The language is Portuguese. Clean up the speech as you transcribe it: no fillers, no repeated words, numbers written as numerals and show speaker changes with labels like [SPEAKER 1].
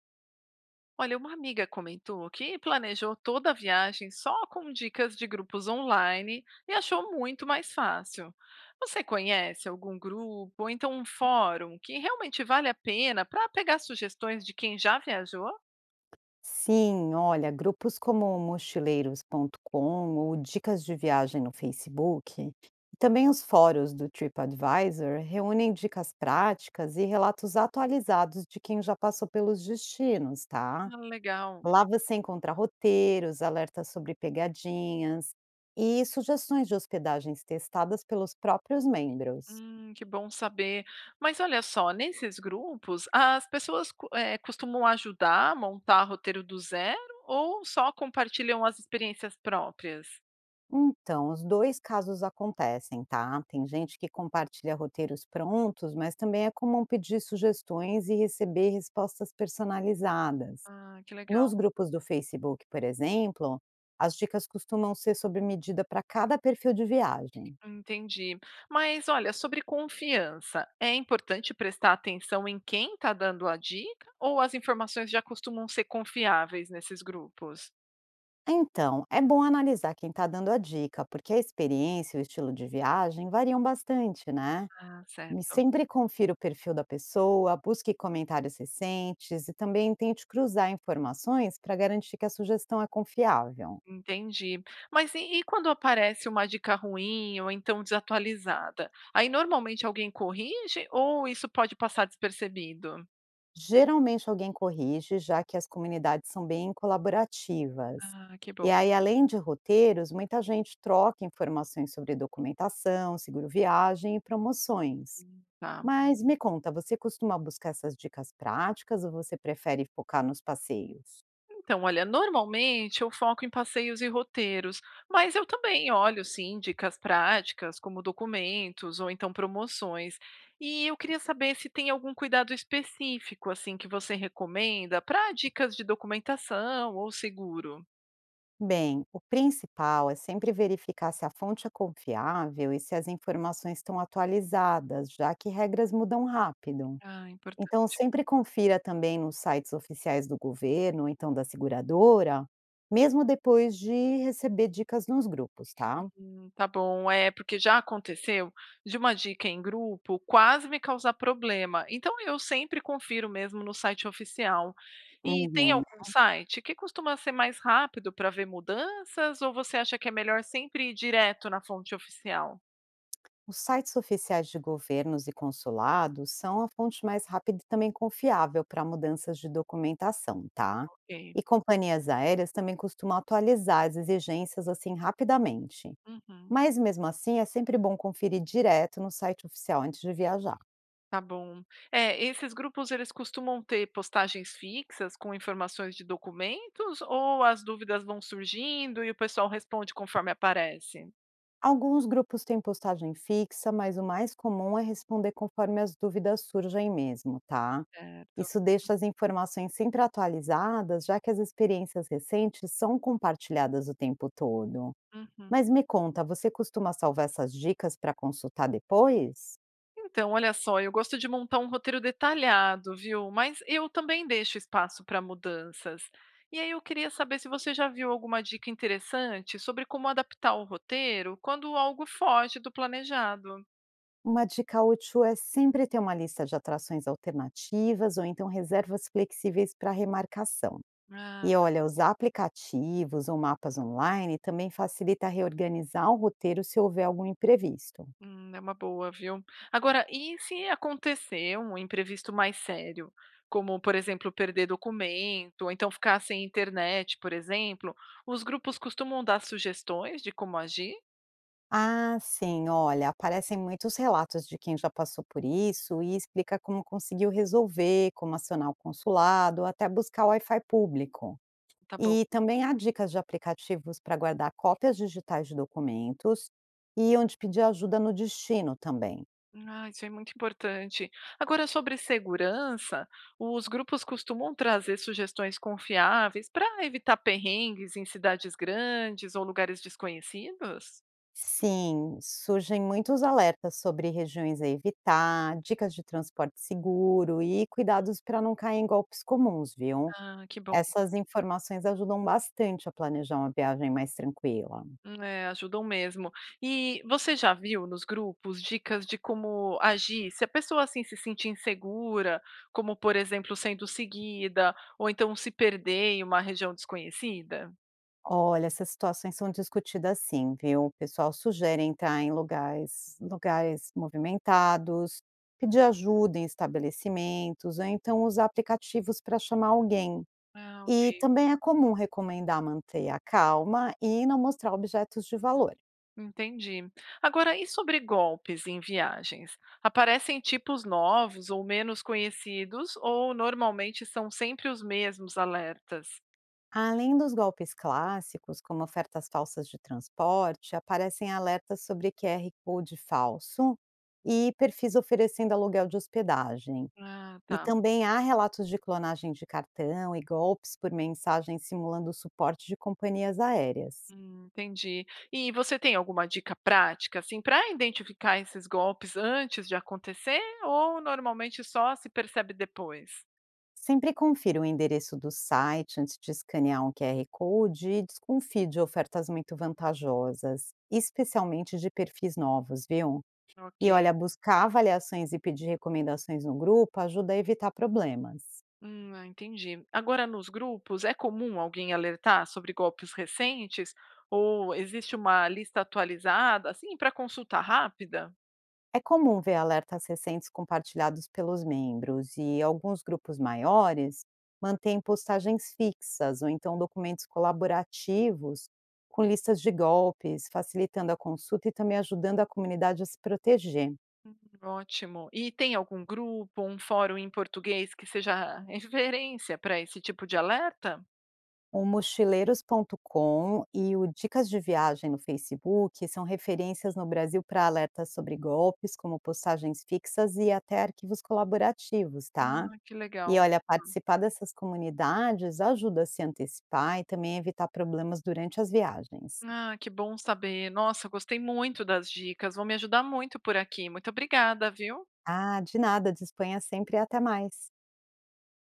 [SPEAKER 1] Olha, uma amiga comentou que planejou toda a viagem só com dicas de grupos online e achou muito mais fácil. Você conhece algum grupo ou então um fórum que realmente vale a pena para pegar sugestões de quem já viajou?
[SPEAKER 2] Sim, olha, grupos como o mochileiros.com ou dicas de viagem no Facebook, e também os fóruns do TripAdvisor reúnem dicas práticas e relatos atualizados de quem já passou pelos destinos, tá?
[SPEAKER 1] Ah, legal.
[SPEAKER 2] Lá você encontra roteiros, alertas sobre pegadinhas e sugestões de hospedagens testadas pelos próprios membros.
[SPEAKER 1] Que bom saber. Mas olha só, nesses grupos, as pessoas costumam ajudar a montar roteiro do zero ou só compartilham as experiências próprias?
[SPEAKER 2] Então, os dois casos acontecem, tá? Tem gente que compartilha roteiros prontos, mas também é comum pedir sugestões e receber respostas personalizadas.
[SPEAKER 1] Ah, que legal.
[SPEAKER 2] Nos grupos do Facebook, por exemplo, as dicas costumam ser sob medida para cada perfil de viagem.
[SPEAKER 1] Entendi. Mas olha, sobre confiança, é importante prestar atenção em quem está dando a dica ou as informações já costumam ser confiáveis nesses grupos?
[SPEAKER 2] Então, é bom analisar quem está dando a dica, porque a experiência e o estilo de viagem variam bastante, né?
[SPEAKER 1] Ah,
[SPEAKER 2] E
[SPEAKER 1] certo.
[SPEAKER 2] sempre confira o perfil da pessoa, busque comentários recentes e também tente cruzar informações para garantir que a sugestão é confiável.
[SPEAKER 1] Entendi. Mas e quando aparece uma dica ruim ou então desatualizada? Aí normalmente alguém corrige ou isso pode passar despercebido?
[SPEAKER 2] Geralmente alguém corrige, já que as comunidades são bem colaborativas.
[SPEAKER 1] Ah, que bom.
[SPEAKER 2] E aí, além de roteiros, muita gente troca informações sobre documentação, seguro viagem e promoções.
[SPEAKER 1] Tá.
[SPEAKER 2] Mas me conta, você costuma buscar essas dicas práticas ou você prefere focar nos passeios?
[SPEAKER 1] Então, olha, normalmente eu foco em passeios e roteiros, mas eu também olho, sim, dicas práticas, como documentos ou então promoções. E eu queria saber se tem algum cuidado específico, assim, que você recomenda para dicas de documentação ou seguro.
[SPEAKER 2] Bem, o principal é sempre verificar se a fonte é confiável e se as informações estão atualizadas, já que regras mudam rápido.
[SPEAKER 1] Ah, importante.
[SPEAKER 2] Então, sempre confira também nos sites oficiais do governo, ou então da seguradora, mesmo depois de receber dicas nos grupos, tá?
[SPEAKER 1] Tá bom. É, porque já aconteceu de uma dica em grupo quase me causar problema. Então eu sempre confiro mesmo no site oficial. E tem
[SPEAKER 2] Uhum.
[SPEAKER 1] algum site que costuma ser mais rápido para ver mudanças ou você acha que é melhor sempre ir direto na fonte oficial?
[SPEAKER 2] Os sites oficiais de governos e consulados são a fonte mais rápida e também confiável para mudanças de documentação, tá?
[SPEAKER 1] Ok.
[SPEAKER 2] E companhias aéreas também costumam atualizar as exigências assim rapidamente.
[SPEAKER 1] Uhum.
[SPEAKER 2] Mas mesmo assim, é sempre bom conferir direto no site oficial antes de viajar.
[SPEAKER 1] Tá bom. É, esses grupos eles costumam ter postagens fixas com informações de documentos ou as dúvidas vão surgindo e o pessoal responde conforme aparece?
[SPEAKER 2] Alguns grupos têm postagem fixa, mas o mais comum é responder conforme as dúvidas surgem mesmo, tá?
[SPEAKER 1] Certo.
[SPEAKER 2] Isso deixa as informações sempre atualizadas, já que as experiências recentes são compartilhadas o tempo todo.
[SPEAKER 1] Uhum.
[SPEAKER 2] Mas me conta, você costuma salvar essas dicas para consultar depois?
[SPEAKER 1] Então, olha só, eu gosto de montar um roteiro detalhado, viu? Mas eu também deixo espaço para mudanças. E aí eu queria saber se você já viu alguma dica interessante sobre como adaptar o roteiro quando algo foge do planejado.
[SPEAKER 2] Uma dica útil é sempre ter uma lista de atrações alternativas ou então reservas flexíveis para remarcação.
[SPEAKER 1] Ah,
[SPEAKER 2] E
[SPEAKER 1] tá bom.
[SPEAKER 2] olha, usar aplicativos ou mapas online também facilita reorganizar o roteiro se houver algum imprevisto.
[SPEAKER 1] É uma boa, viu? Agora, e se acontecer um imprevisto mais sério, como, por exemplo, perder documento, ou então ficar sem internet, por exemplo, os grupos costumam dar sugestões de como agir?
[SPEAKER 2] Ah, sim, olha, aparecem muitos relatos de quem já passou por isso e explica como conseguiu resolver, como acionar o consulado, até buscar o Wi-Fi público.
[SPEAKER 1] Tá bom.
[SPEAKER 2] E também há dicas de aplicativos para guardar cópias digitais de documentos e onde pedir ajuda no destino também.
[SPEAKER 1] Ah, isso é muito importante. Agora, sobre segurança, os grupos costumam trazer sugestões confiáveis para evitar perrengues em cidades grandes ou lugares desconhecidos?
[SPEAKER 2] Sim, surgem muitos alertas sobre regiões a evitar, dicas de transporte seguro e cuidados para não cair em golpes comuns, viu?
[SPEAKER 1] Ah, que bom.
[SPEAKER 2] Essas informações ajudam bastante a planejar uma viagem mais tranquila.
[SPEAKER 1] É, ajudam mesmo. E você já viu nos grupos dicas de como agir se a pessoa assim se sentir insegura, como por exemplo sendo seguida, ou então se perder em uma região desconhecida?
[SPEAKER 2] Olha, essas situações são discutidas sim, viu? O pessoal sugere entrar em lugares, lugares movimentados, pedir ajuda em estabelecimentos, ou então usar aplicativos para chamar alguém.
[SPEAKER 1] Ah, ok.
[SPEAKER 2] E também é comum recomendar manter a calma e não mostrar objetos de valor.
[SPEAKER 1] Entendi. Agora, e sobre golpes em viagens? Aparecem tipos novos ou menos conhecidos, ou normalmente são sempre os mesmos alertas?
[SPEAKER 2] Além dos golpes clássicos, como ofertas falsas de transporte, aparecem alertas sobre QR Code falso e perfis oferecendo aluguel de hospedagem.
[SPEAKER 1] Ah,
[SPEAKER 2] E
[SPEAKER 1] tá.
[SPEAKER 2] também há relatos de clonagem de cartão e golpes por mensagem simulando o suporte de companhias aéreas.
[SPEAKER 1] Entendi. E você tem alguma dica prática, assim, para identificar esses golpes antes de acontecer, ou normalmente só se percebe depois?
[SPEAKER 2] Sempre confira o endereço do site antes de escanear um QR Code e desconfie de ofertas muito vantajosas, especialmente de perfis novos, viu? E
[SPEAKER 1] Ok.
[SPEAKER 2] olha, buscar avaliações e pedir recomendações no grupo ajuda a evitar problemas.
[SPEAKER 1] Ah, entendi. Agora, nos grupos, é comum alguém alertar sobre golpes recentes? Ou existe uma lista atualizada, assim, para consulta rápida?
[SPEAKER 2] É comum ver alertas recentes compartilhados pelos membros e alguns grupos maiores mantêm postagens fixas ou então documentos colaborativos com listas de golpes, facilitando a consulta e também ajudando a comunidade a se proteger.
[SPEAKER 1] Ótimo. E tem algum grupo, um fórum em português que seja referência para esse tipo de alerta?
[SPEAKER 2] O mochileiros.com e o Dicas de Viagem no Facebook são referências no Brasil para alertas sobre golpes, como postagens fixas e até arquivos colaborativos,
[SPEAKER 1] Ah,
[SPEAKER 2] tá?
[SPEAKER 1] que legal.
[SPEAKER 2] E olha, participar dessas comunidades ajuda a se antecipar e também evitar problemas durante as viagens.
[SPEAKER 1] Ah, que bom saber. Nossa, gostei muito das dicas. Vão me ajudar muito por aqui. Muito obrigada, viu?
[SPEAKER 2] Ah, de nada, disponha sempre e até mais.